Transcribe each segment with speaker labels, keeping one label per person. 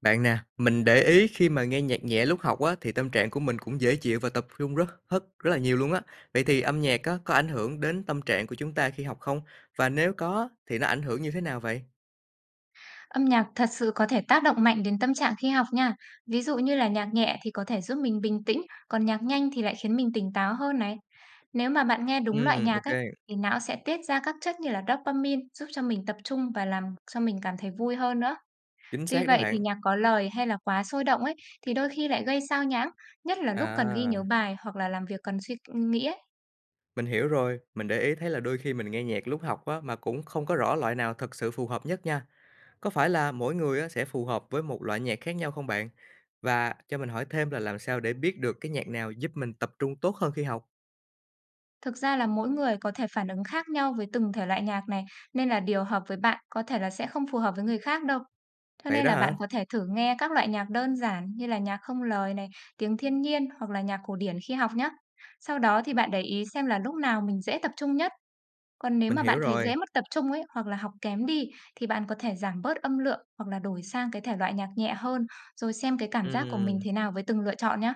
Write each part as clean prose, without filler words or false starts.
Speaker 1: Bạn nè, mình để ý khi mà nghe nhạc nhẹ lúc học á thì tâm trạng của mình cũng dễ chịu và tập trung rất rất rất là nhiều luôn á. Vậy thì âm nhạc á có ảnh hưởng đến tâm trạng của chúng ta khi học không? Và nếu có thì nó ảnh hưởng như thế nào vậy?
Speaker 2: Âm nhạc thật sự có thể tác động mạnh đến tâm trạng khi học nha. Ví dụ như là nhạc nhẹ thì có thể giúp mình bình tĩnh, còn nhạc nhanh thì lại khiến mình tỉnh táo hơn này. Nếu mà bạn nghe đúng loại nhạc
Speaker 1: Ok,
Speaker 2: ấy, thì não sẽ tiết ra các chất như là dopamine giúp cho mình tập trung và làm cho mình cảm thấy vui hơn nữa.
Speaker 1: chính
Speaker 2: Tuy
Speaker 1: xác đó
Speaker 2: vậy thì
Speaker 1: bạn.
Speaker 2: nhạc có lời hay là quá sôi động ấy thì đôi khi lại gây sao nhãng, nhất là lúc cần ghi nhớ
Speaker 1: À,
Speaker 2: bài hoặc là làm việc cần suy nghĩ ấy.
Speaker 1: mình hiểu rồi. Mình để ý thấy là đôi khi mình nghe nhạc lúc học á mà cũng không có rõ loại nào thật sự phù hợp nhất nha. Có phải là mỗi người á sẽ phù hợp với một loại nhạc khác nhau không bạn? Và cho mình hỏi thêm là làm sao để biết được cái nhạc nào giúp mình tập trung tốt hơn khi học?
Speaker 2: Thực ra là mỗi người có thể phản ứng khác nhau với từng thể loại nhạc này, nên là điều hợp với bạn có thể là sẽ không phù hợp với người khác đâu. Cho
Speaker 1: Vậy
Speaker 2: nên
Speaker 1: đó
Speaker 2: là
Speaker 1: hả?
Speaker 2: bạn có thể thử nghe các loại nhạc đơn giản như là nhạc không lời này, tiếng thiên nhiên hoặc là nhạc cổ điển khi học nhé. Sau đó thì bạn để ý xem là lúc nào mình dễ tập trung nhất. Còn nếu
Speaker 1: Mình
Speaker 2: mà
Speaker 1: hiểu
Speaker 2: bạn thấy
Speaker 1: rồi.
Speaker 2: dễ mất tập trung ấy hoặc là học kém đi thì bạn có thể giảm bớt âm lượng hoặc là đổi sang cái thể loại nhạc nhẹ hơn rồi xem cái cảm giác của mình
Speaker 1: Ừm,
Speaker 2: thế nào với từng lựa chọn nhé.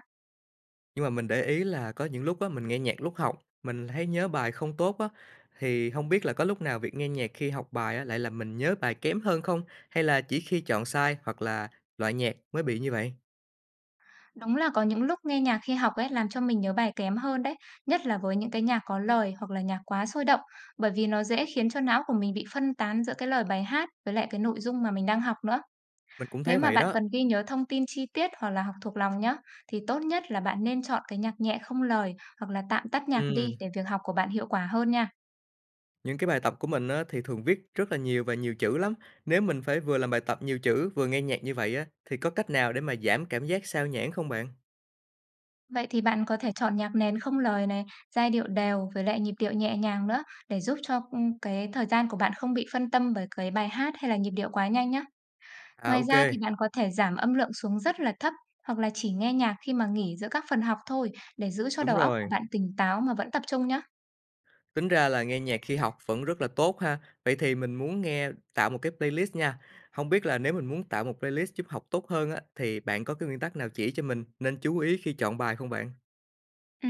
Speaker 1: nhưng mà mình để ý là có những lúc á, mình nghe nhạc lúc học, mình thấy nhớ bài không tốt á, thì không biết là có lúc nào việc nghe nhạc khi học bài á, lại làm mình nhớ bài kém hơn không? Hay là chỉ khi chọn sai hoặc là loại nhạc mới bị như vậy?
Speaker 2: Đúng là có những lúc nghe nhạc khi học ấy làm cho mình nhớ bài kém hơn đấy, nhất là với những cái nhạc có lời hoặc là nhạc quá sôi động, bởi vì nó dễ khiến cho não của mình bị phân tán giữa cái lời bài hát với lại cái nội dung mà mình đang học nữa.
Speaker 1: Mình cũng
Speaker 2: Nếu
Speaker 1: thấy
Speaker 2: mà
Speaker 1: vậy
Speaker 2: bạn
Speaker 1: đó.
Speaker 2: cần ghi nhớ thông tin chi tiết hoặc là học thuộc lòng nhá, thì tốt nhất là bạn nên chọn cái nhạc nhẹ không lời hoặc là tạm tắt nhạc
Speaker 1: Ừm,
Speaker 2: đi để việc học của bạn hiệu quả hơn nha.
Speaker 1: những cái bài tập của mình á, thì thường viết rất là nhiều và nhiều chữ lắm. Nếu mình phải vừa làm bài tập nhiều chữ, vừa nghe nhạc như vậy á, thì có cách nào để mà giảm cảm giác sao nhãng không bạn?
Speaker 2: Vậy thì bạn có thể chọn nhạc nền không lời này, giai điệu đều với lại nhịp điệu nhẹ nhàng nữa để giúp cho cái thời gian của bạn không bị phân tâm bởi cái bài hát hay là nhịp điệu quá nhanh nhá.
Speaker 1: À,
Speaker 2: Ngoài
Speaker 1: ok
Speaker 2: ra thì bạn có thể giảm âm lượng xuống rất là thấp hoặc là chỉ nghe nhạc khi mà nghỉ giữa các phần học thôi để giữ cho
Speaker 1: đúng
Speaker 2: đầu óc của
Speaker 1: rồi.
Speaker 2: bạn tỉnh táo mà vẫn tập trung nhé.
Speaker 1: Tính ra là nghe nhạc khi học vẫn rất là tốt ha. Vậy thì mình muốn nghe tạo một cái playlist nha. Không biết là nếu mình muốn tạo một playlist giúp học tốt hơn á, thì bạn có cái nguyên tắc nào chỉ cho mình nên chú ý khi chọn bài không bạn?
Speaker 2: Ừ.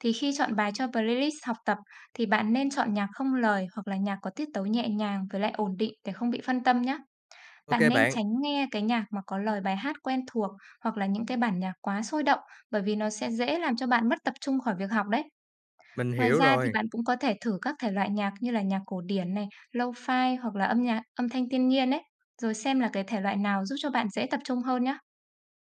Speaker 2: Thì khi chọn bài cho playlist học tập thì bạn nên chọn nhạc không lời hoặc là nhạc có tiết tấu nhẹ nhàng với lại ổn định để không bị phân tâm nhé.
Speaker 1: Ok
Speaker 2: Bạn nên
Speaker 1: bạn,
Speaker 2: tránh nghe cái nhạc mà có lời bài hát quen thuộc hoặc là những cái bản nhạc quá sôi động bởi vì nó sẽ dễ làm cho bạn mất tập trung khỏi việc học đấy.
Speaker 1: mình
Speaker 2: Ngoài
Speaker 1: hiểu
Speaker 2: ra thì
Speaker 1: rồi.
Speaker 2: bạn cũng có thể thử các thể loại nhạc như là nhạc cổ điển này, lo-fi hoặc là âm nhạc âm thanh thiên nhiên ấy, rồi xem là cái thể loại nào giúp cho bạn dễ tập trung hơn nhá.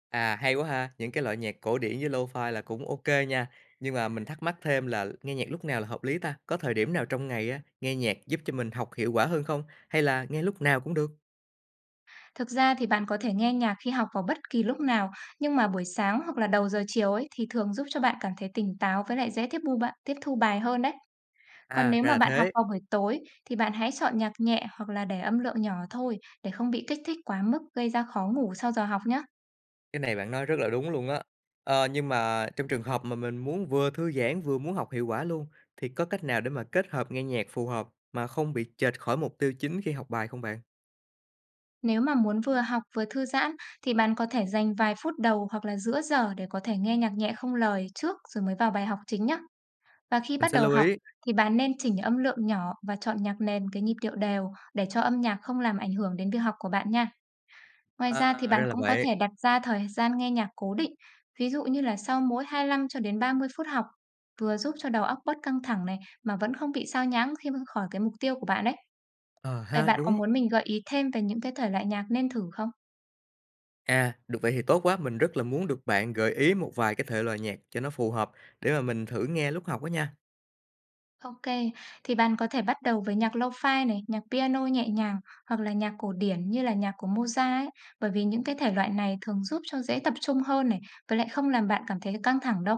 Speaker 1: À, hay quá ha, những cái loại nhạc cổ điển với lo-fi là cũng ok nha. Nhưng mà mình thắc mắc thêm là nghe nhạc lúc nào là hợp lý ta? Có thời điểm nào trong ngày á, nghe nhạc giúp cho mình học hiệu quả hơn không? Hay là nghe lúc nào cũng được?
Speaker 2: Thực ra thì bạn có thể nghe nhạc khi học vào bất kỳ lúc nào, nhưng mà buổi sáng hoặc là đầu giờ chiều ấy thì thường giúp cho bạn cảm thấy tỉnh táo với lại dễ tiếp bu bạn tiếp thu bài hơn đấy. Còn
Speaker 1: À,
Speaker 2: nếu
Speaker 1: ra
Speaker 2: mà
Speaker 1: là
Speaker 2: bạn học
Speaker 1: thế.
Speaker 2: vào buổi tối thì bạn hãy chọn nhạc nhẹ hoặc là để âm lượng nhỏ thôi để không bị kích thích quá mức gây ra khó ngủ sau giờ học nhá.
Speaker 1: Cái này bạn nói rất là đúng luôn á. Ờ, nhưng mà trong trường hợp mà mình muốn vừa thư giãn vừa muốn học hiệu quả luôn, thì có cách nào để mà kết hợp nghe nhạc phù hợp mà không bị chệch khỏi mục tiêu chính khi học bài không bạn?
Speaker 2: Nếu mà muốn vừa học vừa thư giãn thì bạn có thể dành vài phút đầu hoặc là giữa giờ để có thể nghe nhạc nhẹ không lời trước rồi mới vào bài học chính nhé. Và khi
Speaker 1: Mình
Speaker 2: bắt
Speaker 1: sẽ
Speaker 2: đầu
Speaker 1: lưu
Speaker 2: học
Speaker 1: ý.
Speaker 2: thì bạn nên chỉnh âm lượng nhỏ và chọn nhạc nền cái nhịp điệu đều để cho âm nhạc không làm ảnh hưởng đến việc học của bạn nha. Ngoài ra thì
Speaker 1: À,
Speaker 2: bạn
Speaker 1: ra là
Speaker 2: cũng có
Speaker 1: vậy.
Speaker 2: thể đặt ra thời gian nghe nhạc cố định, ví dụ như là sau mỗi 25 cho đến 30 phút học, vừa giúp cho đầu óc bớt căng thẳng này mà vẫn không bị sao nhãng khi mà khỏi cái mục tiêu của bạn đấy.
Speaker 1: Ờ
Speaker 2: Vậy
Speaker 1: ha,
Speaker 2: bạn có
Speaker 1: đúng.
Speaker 2: muốn mình gợi ý thêm về những cái thể loại nhạc nên thử không?
Speaker 1: À, được vậy thì tốt quá, mình rất là muốn được bạn gợi ý một vài cái thể loại nhạc cho nó phù hợp để mà mình thử nghe lúc học đó nha.
Speaker 2: OK, thì bạn có thể bắt đầu với nhạc lo-fi này, nhạc piano nhẹ nhàng hoặc là nhạc cổ điển như là nhạc của Mozart ấy, bởi vì những cái thể loại này thường giúp cho dễ tập trung hơn này, với lại không làm bạn cảm thấy căng thẳng đâu.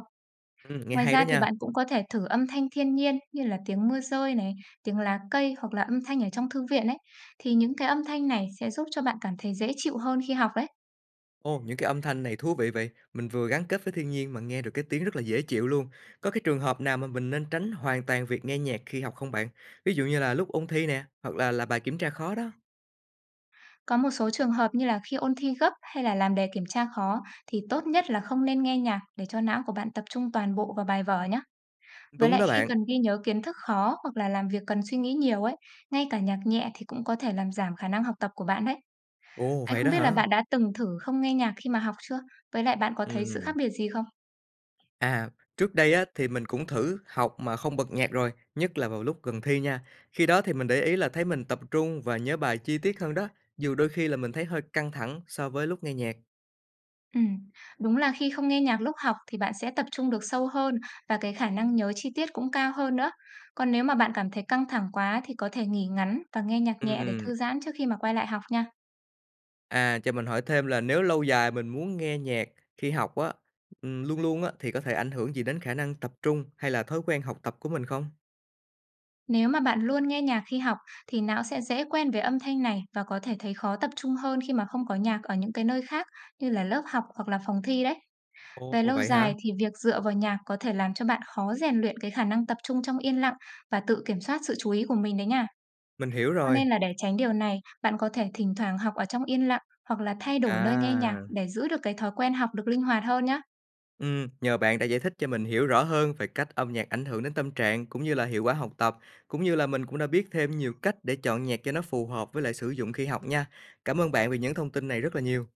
Speaker 1: Ừ, nghe
Speaker 2: Ngoài
Speaker 1: hay đó
Speaker 2: ra thì
Speaker 1: nha.
Speaker 2: bạn cũng có thể thử âm thanh thiên nhiên như là tiếng mưa rơi này, tiếng lá cây hoặc là âm thanh ở trong thư viện ấy. Thì những cái âm thanh này sẽ giúp cho bạn cảm thấy dễ chịu hơn khi học đấy.
Speaker 1: Ồ, những cái âm thanh này thú vị vậy. Mình vừa gắn kết với thiên nhiên mà nghe được cái tiếng rất là dễ chịu luôn. Có cái trường hợp nào mà mình nên tránh hoàn toàn việc nghe nhạc khi học không bạn? Ví dụ như là lúc ôn thi nè, hoặc là bài kiểm tra khó đó.
Speaker 2: Có một số trường hợp như là khi ôn thi gấp hay là làm đề kiểm tra khó thì tốt nhất là không nên nghe nhạc để cho não của bạn tập trung toàn bộ vào bài vở nhé. Với
Speaker 1: Đúng
Speaker 2: lại
Speaker 1: đó
Speaker 2: khi
Speaker 1: bạn.
Speaker 2: cần ghi nhớ kiến thức khó hoặc là làm việc cần suy nghĩ nhiều ấy, ngay cả nhạc nhẹ thì cũng có thể làm giảm khả năng học tập của bạn đấy.
Speaker 1: Ồ,
Speaker 2: Vậy
Speaker 1: vậy
Speaker 2: không
Speaker 1: đó
Speaker 2: biết là
Speaker 1: hả?
Speaker 2: bạn đã từng thử không nghe nhạc khi mà học chưa? Với lại bạn có thấy sự
Speaker 1: Ừ.
Speaker 2: khác biệt gì không?
Speaker 1: À, trước đây á thì mình cũng thử học mà không bật nhạc rồi, nhất là vào lúc gần thi nha. Khi đó thì mình để ý là thấy mình tập trung và nhớ bài chi tiết hơn đó, dù đôi khi là mình thấy hơi căng thẳng so với lúc nghe nhạc.
Speaker 2: Ừm, đúng là khi không nghe nhạc lúc học thì bạn sẽ tập trung được sâu hơn và cái khả năng nhớ chi tiết cũng cao hơn nữa. Còn nếu mà bạn cảm thấy căng thẳng quá thì có thể nghỉ ngắn và nghe nhạc nhẹ để
Speaker 1: Ừ.
Speaker 2: thư giãn trước khi mà quay lại học nha.
Speaker 1: À, cho mình hỏi thêm là nếu lâu dài mình muốn nghe nhạc khi học á, luôn luôn á, thì có thể ảnh hưởng gì đến khả năng tập trung hay là thói quen học tập của mình không?
Speaker 2: Nếu mà bạn luôn nghe nhạc khi học thì não sẽ dễ quen với âm thanh này và có thể thấy khó tập trung hơn khi mà không có nhạc ở những cái nơi khác như là lớp học hoặc là phòng thi đấy. Về
Speaker 1: Ồ,
Speaker 2: lâu
Speaker 1: vậy hả?
Speaker 2: dài thì việc dựa vào nhạc có thể làm cho bạn khó rèn luyện cái khả năng tập trung trong yên lặng và tự kiểm soát sự chú ý của mình đấy nha.
Speaker 1: Mình hiểu
Speaker 2: Cho
Speaker 1: rồi.
Speaker 2: nên là để tránh điều này, bạn có thể thỉnh thoảng học ở trong yên lặng hoặc là thay đổi nơi nghe nhạc
Speaker 1: À,
Speaker 2: để giữ được cái thói quen học được linh hoạt hơn nhá.
Speaker 1: nhờ bạn đã giải thích cho mình hiểu rõ hơn về cách âm nhạc ảnh hưởng đến tâm trạng cũng như là hiệu quả học tập, cũng như là mình cũng đã biết thêm nhiều cách để chọn nhạc cho nó phù hợp với lại sử dụng khi học nha. Cảm ơn bạn vì những thông tin này rất là nhiều.